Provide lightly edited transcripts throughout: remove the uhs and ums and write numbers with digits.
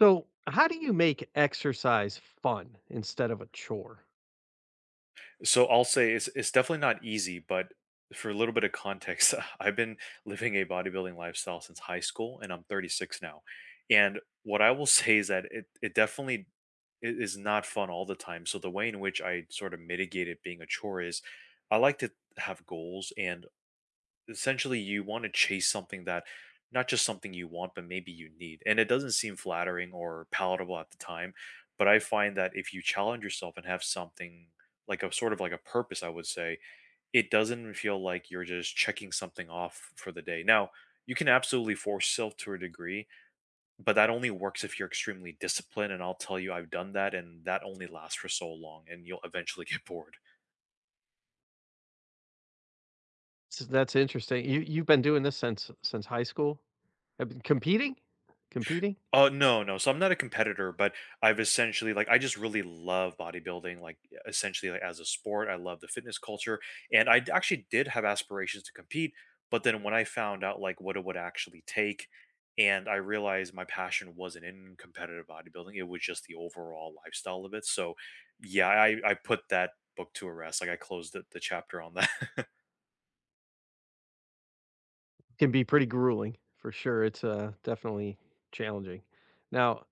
So, how do you make exercise fun instead of a chore? So I'll say it's definitely not easy, but for a little bit of context, I've been living a bodybuilding lifestyle since high school and I'm 36 now. And what I will say is that it definitely is not fun all the time. So the way in which I sort of mitigate it being a chore is, I like to have goals and essentially you want to chase something that, not just something you want but maybe you need, and it doesn't seem flattering or palatable at the time. But I find that if you challenge yourself and have something like a sort of like a purpose I would say, it doesn't feel like you're just checking something off for the day. Now you can absolutely force yourself to a degree, but that only works if you're extremely disciplined. And I'll tell you, I've done that and that only lasts for so long, and you'll eventually get bored. S That's interesting. You've been doing this since high school? Have been competing? Competing Oh, no, no. So I'm not a competitor, but I've essentially like I just really love bodybuilding, like essentially like as a sport. I love the fitness culture. And I actually did have aspirations to compete, but then when I found out like what it would actually take, and I realized my passion wasn't in competitive bodybuilding, it was just the overall lifestyle of it. So yeah, I put that book to a rest. Like I closed the chapter on that. can be pretty grueling for sure. It's, definitely challenging. Now,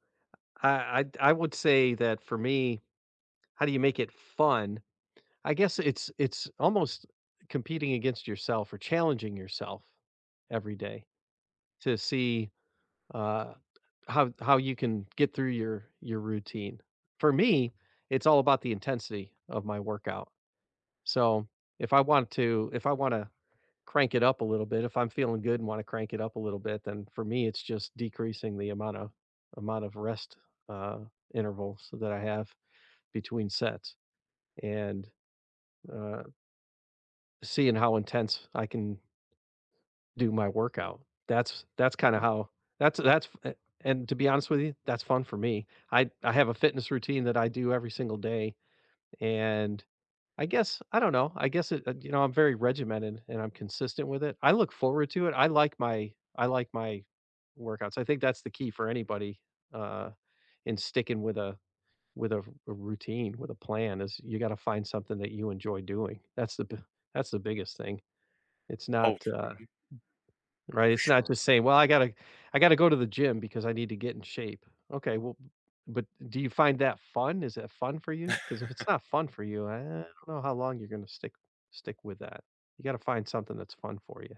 I would say that for me, how do you make it fun? I guess it's almost competing against yourself or challenging yourself every day to see uh, how you can get through your routine. For me, it's all about the intensity of my workout. So if I want to crank it up a little bit, if I'm feeling good and want to crank it up a little bit, then for me, it's just decreasing the amount of rest uh, intervals that I have between sets and uh, seeing how intense I can do my workout. That's kinda Mhm. how that's a and to be honest with you, that's fun for me. I have a fitness routine that I do every single day, and I guess I don't know, I guess it I'm very regimented and I'm consistent with it. I look forward to it. I like my workouts. I think that's the key for anybody, uh, in sticking with with a a routine, with a plan is you gotta find something that you enjoy doing. That's the biggest thing. It's Oh, not, mhm, Right? for It's not sure. just saying, "Well, I gotta go to the gym because I need to get in shape." Okay, well, but do you find that fun? Is that fun for you? Because if it's not fun for you, I don't know how long you're gonna stick with that. You gotta find something that's fun for you.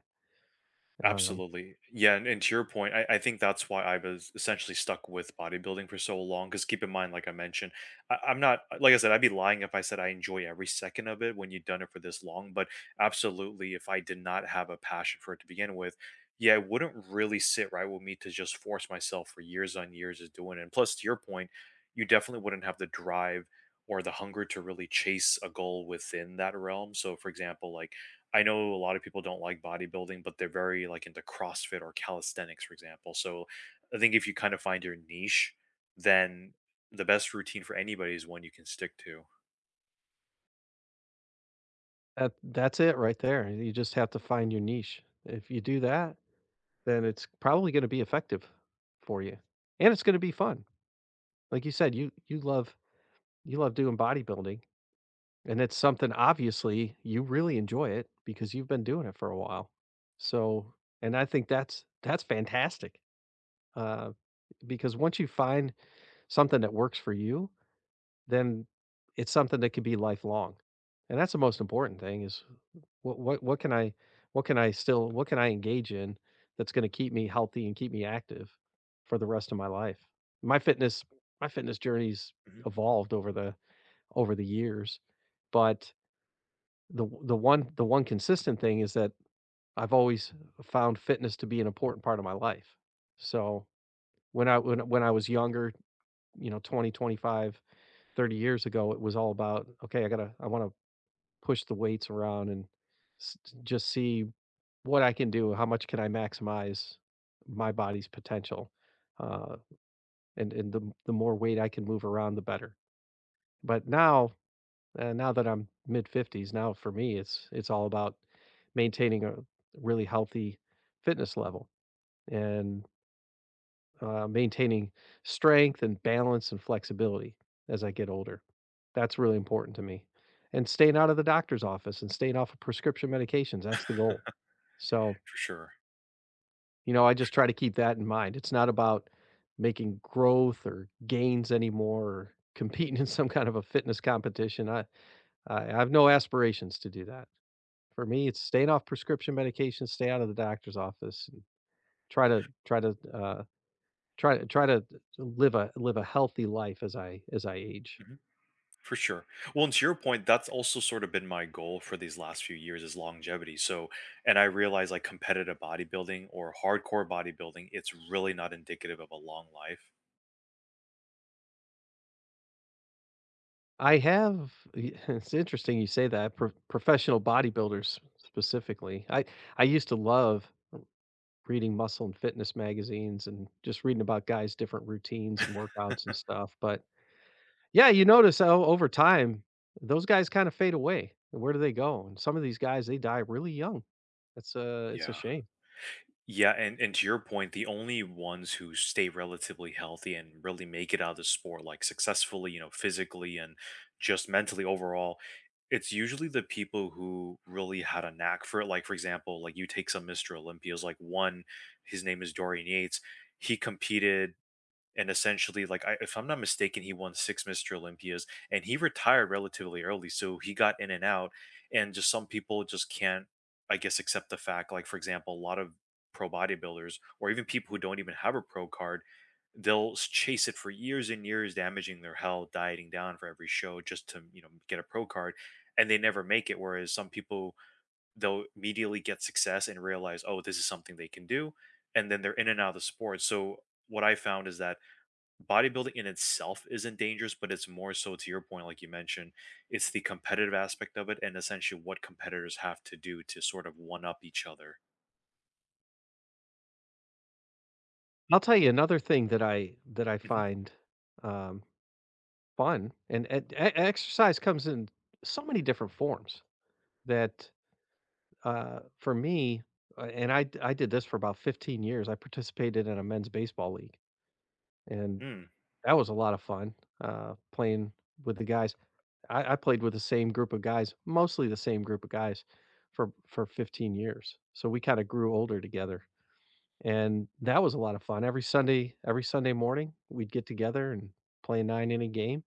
Um, Absolutely. Yeah, and to your point, I think that's why I was essentially stuck with bodybuilding for so long. Because keep in mind, like I mentioned, I'm not, like I said, I'd be lying if I said I enjoy every second of it when you've done it for this long. But absolutely, if I did not have a passion for it to begin with, yeah, it wouldn't really sit right with me to just force myself for years on years of doing it. And plus, to your point, you definitely wouldn't have the drive or the hunger to really chase a goal within that realm. So, for example, like, I know a lot of people don't like bodybuilding, but they're very like into CrossFit or calisthenics, for example. So I think if you kind of find your niche, then the best routine for anybody is one you can stick to. that that's it right there. You just have to find your niche. If you do that, then it's probably gonna be effective for you, and it's gonna be fun. Like you said, you love doing bodybuilding. And it's something obviously you really enjoy it because you've been doing it for a while. So, and I think that's fantastic. Uh, because once you find something that works for you, then it's something that could be lifelong. And that's the most important thing is what what what can I what can I engage in that's going to keep me healthy and keep me active for the rest of my life. My fitness my fitness journey's Mhm. evolved over the years, but the one consistent thing is that I've always found fitness to be an important part of my life. So, when I was younger, you know, 20, 25 30 years ago, it was all about, "Okay, I wanna push the weights around and s j just see what I can do, how much can I maximize my body's potential." Uh, and the more weight I can move around, the better. But now Now that I'm mid 50s, now for me, it's all about maintaining a really healthy fitness level and maintaining strength and balance and flexibility as I get older. That's really important to me. And staying out of the doctor's office and staying off of prescription medications, that's the goal. So, For sure. you know, I just try to keep that in mind. It's not about making growth or gains anymore or competing in some kind of a fitness competition. I have no aspirations to do that. For me, it's staying off prescription medications, stay out of the doctor's office, and try to try to uh, try to try to live a live a healthy life as I age. Mhm. For sure. Well, and to your point, that's also sort of been my goal for these last few years, is longevity. So, and I realize like competitive bodybuilding or hardcore bodybuilding, it's really not indicative of a long life. I have it's interesting you say that, professional bodybuilders specifically. I used to love reading muscle and fitness magazines and just reading about guys' different routines and workouts and stuff, but yeah, you notice how over time, those guys kind of fade away. Where do they go? And some of these guys, they die really young. It's a Yeah. shame. Yeah, and to your point, the only ones who stay relatively healthy and really make it out of the sport, like successfully, you know, physically and just mentally overall, it's usually the people who really had a knack for it. Like, for example, like you take some Mr. Olympias, like one, his name is Dorian Yates. He competed, and essentially like if I'm not mistaken, he won six Mr. Olympias, and he retired relatively early, so he got in and out. And just some people just can't, I guess, accept the fact. Like, for example, a lot of pro bodybuilders or even people who don't even have a pro card, they'll chase it for years and years, damaging their health, dieting down for every show, just to get a pro card, and they never make it, whereas some people, they'll immediately get success and realize oh, this is something they can do, and then they're in and out of the sport. So what I found is that bodybuilding in itself isn't dangerous, but it's more so to your point, like you mentioned, it's the competitive aspect of it and essentially what competitors have to do to sort of one up each other. I'll tell you another thing that I Mhm. find um, fun, and exercise comes in so many different forms. That For me, I did this for about 15 years. I participated in a men's baseball league, and Mm. that was a lot of fun playing with the guys. I played with the same group of guys, mostly the same group of guys for 15 years. So we kinda grew older together, and that was a lot of fun. Every Sunday morning, we'd get together and play a 9 inning game,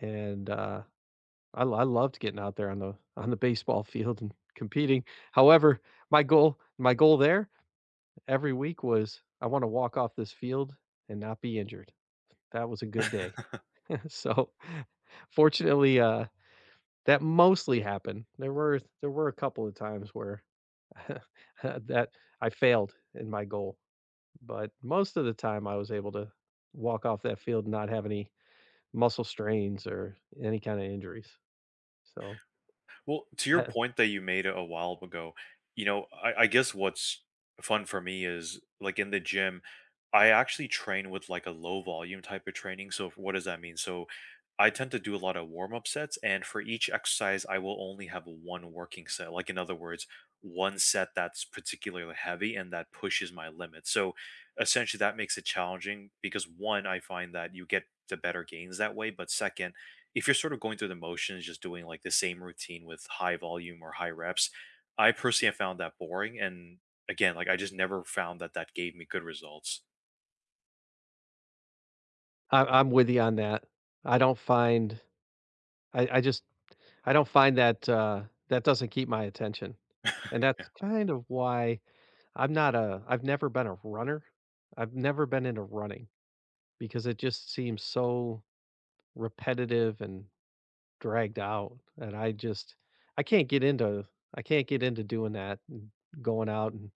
and, I loved getting out there on the baseball field and competing. However, my goal there every week was, "I wanna walk off this field and not be injured." That was a good day. So, fortunately, that mostly happened. There were a couple of times where that I failed in my goal, but most of the time I was able to walk off that field and not have any muscle strains or any kinda injuries. So, Well, to your I point that you made a while ago, you know, I guess what's fun for me is like in the gym, I actually train with like a low volume type of training. So, what does that mean? So, I tend to do a lot of warm up sets, and for each exercise, I will only have one working set. Like, in other words, one set that's particularly heavy and that pushes my limit. So, essentially, that makes it challenging because one, I find that you get the better gains that way. But second, if you're sort of going through the motions, just doing like the same routine with high volume or high reps, I personally have found that boring. And again, like, I just never found that that gave me good results. I'm with you on that. I don't find I I just I don't find that, that doesn't keep my attention, and Yeah. that's kind of why I've never been a runner. I've never been into running because it just seems so repetitive and dragged out, and I can't get into I can't get into doing that and going out and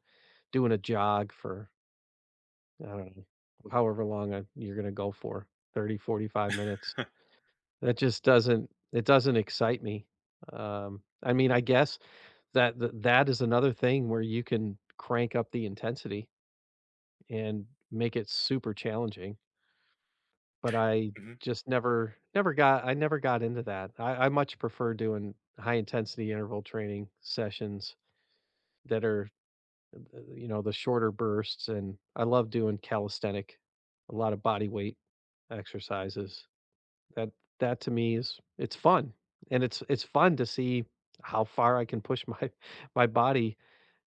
doing a jog for, I don't know, however long I you're gonna go for, 30, 45 minutes. That just doesn't it doesn't excite me. I mean, I guess that is another thing where you can crank up the intensity and make it super challenging. But I Mhm. just never never got I never got into that. I much prefer doing high intensity interval training sessions that are, you know, the shorter bursts, and I love doing calisthenic, a lot of body weight exercises. That that to me is it's fun, and it's fun to see how far I can push my my body,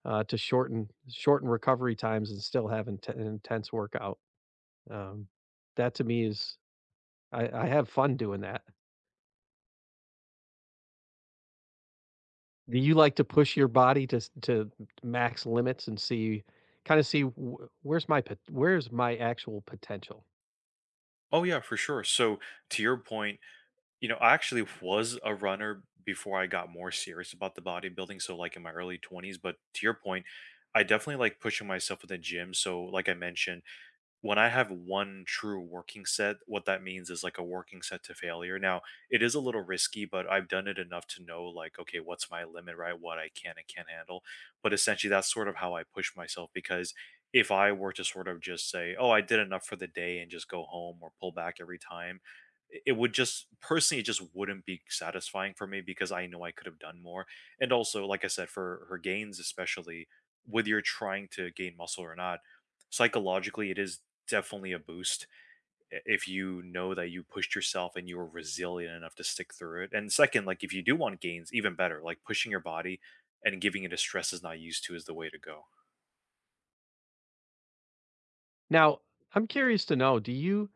to shorten recovery times and still have inte an intense workout. Um, that to me is I have fun doing that. Do you like to push your body to s to max limits and see kinda see wh where's my actual potential? Oh yeah, for sure. So to your point, you know, I actually was a runner before I got more serious about the bodybuilding. So like in my early 20s, but to your point, I definitely like pushing myself in the gym. So like I mentioned, when I have one true working set, what that means is like a working set to failure. Now, it is a little risky, but I've done it enough to know, like, okay, what's my limit, right? What I can and can't handle. But essentially, that's sort of how I push myself, because if I were to sort of just say, oh, I did enough for the day and just go home or pull back every time, it would just, personally, it just wouldn't be satisfying for me because I know I could have done more. And also, like I said, for her gains, especially whether you're trying to gain muscle or not, psychologically it is definitely a boost if you know that you pushed yourself and you were resilient enough to stick through it. And second, like, if you do want gains, even better, like pushing your body and giving it a stress is not used to is the way to go. Now, I'm curious to know,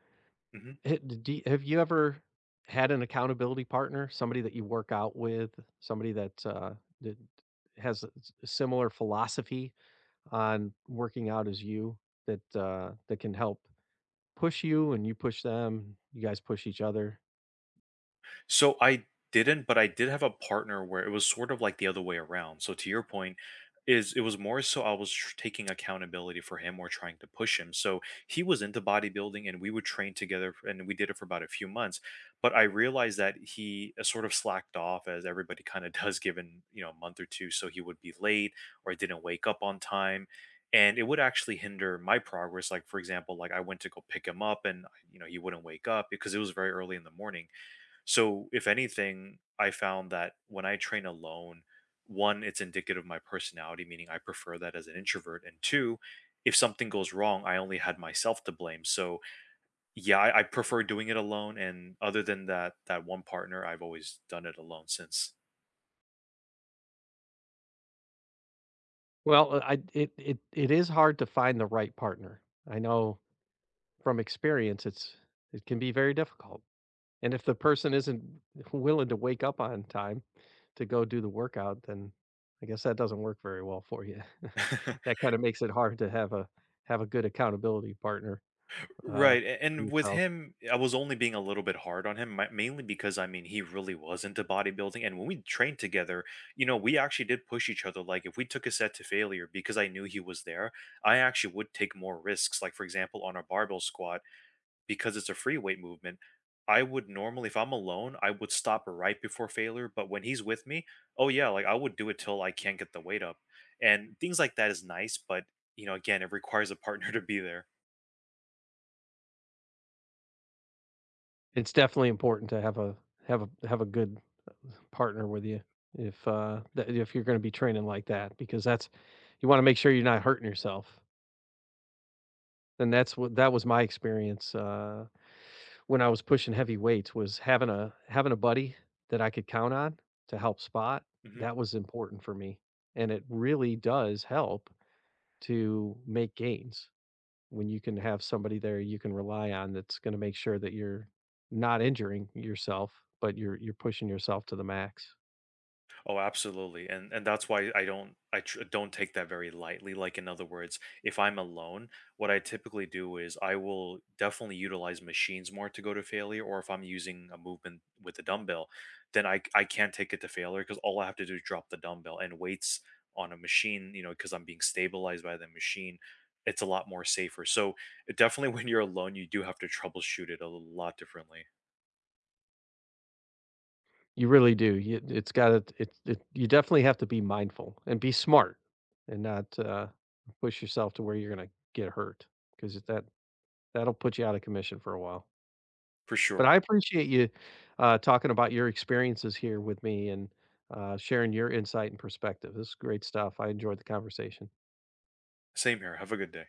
Mhm. Have you ever had an accountability partner, somebody that you work out with, somebody that, that has a s similar philosophy on working out as you that, that can help push you and you push them, you guys push each other? So I didn't, but I did have a partner where it was sort of like the other way around. So to your point, is, it was more so I was taking accountability for him or trying to push him. So he was into bodybuilding and we would train together and we did it for about a few months. But I realized that he sort of slacked off, as everybody kind of does given, you know, a month or two. So he would be late or didn't wake up on time. And it would actually hinder my progress. Like, for example, like, I went to go pick him up and, you know, he wouldn't wake up because it was very early in the morning. So, if anything, I found that when I train alone, one, it's indicative of my personality, meaning I prefer that as an introvert. And two, if something goes wrong, I only had myself to blame. So, yeah, I prefer doing it alone. And other than that, that one partner, I've always done it alone since. Well, I it it it is hard to find the right partner. I know from experience it can be very difficult. And if the person isn't willing to wake up on time to go do the workout, then I guess that doesn't work very well for you. That kinda makes it hard to have a good accountability partner, uh, Right, for and with yourself. him, I was only being a little bit hard on him, mainly because, I mean, he really was into bodybuilding, and when we trained together, you know, we actually did push each other. Like if we took a set to failure, because I knew he was there, I actually would take more risks. Like for example, on a barbell squat, because it's a free weight movement, I would normally, if I'm alone, I would stop right before failure. But when he's with me, oh yeah, like I would do it till I can't get the weight up, and things like that is nice. But you know, again, it requires a partner to be there. It's definitely important to have a good partner with you if, that if you're gonna be training like that because that's you wanna make sure you're not hurting yourself. And that was my experience, when I was pushing heavy weights was having a buddy that I could count on to help spot, Mm-hmm. that was important for me, and it really does help to make gains. When you can have somebody there you can rely on that's gonna make sure that you're not injuring yourself, but you're pushing yourself to the max. Oh, absolutely. And that's why I don't, don't take that very lightly. Like, in other words, if I'm alone, what I typically do is I will definitely utilize machines more to go to failure, or if I'm using a movement with a dumbbell, then I can't take it to failure because all I have to do is drop the dumbbell and weights. On a machine, you know, because I'm being stabilized by the machine, it's a lot more safer. So, definitely when you're alone, you do have to troubleshoot it a lot differently. You really do. You it's gotta it it You definitely have to be mindful and be smart and not, push yourself to where you're gonna get hurt because that'll put you out of commission for a while. For But sure. I appreciate you, talking about your experiences here with me and, sharing your insight and perspective. This is great stuff. I enjoyed the conversation. Same here. Have a good day.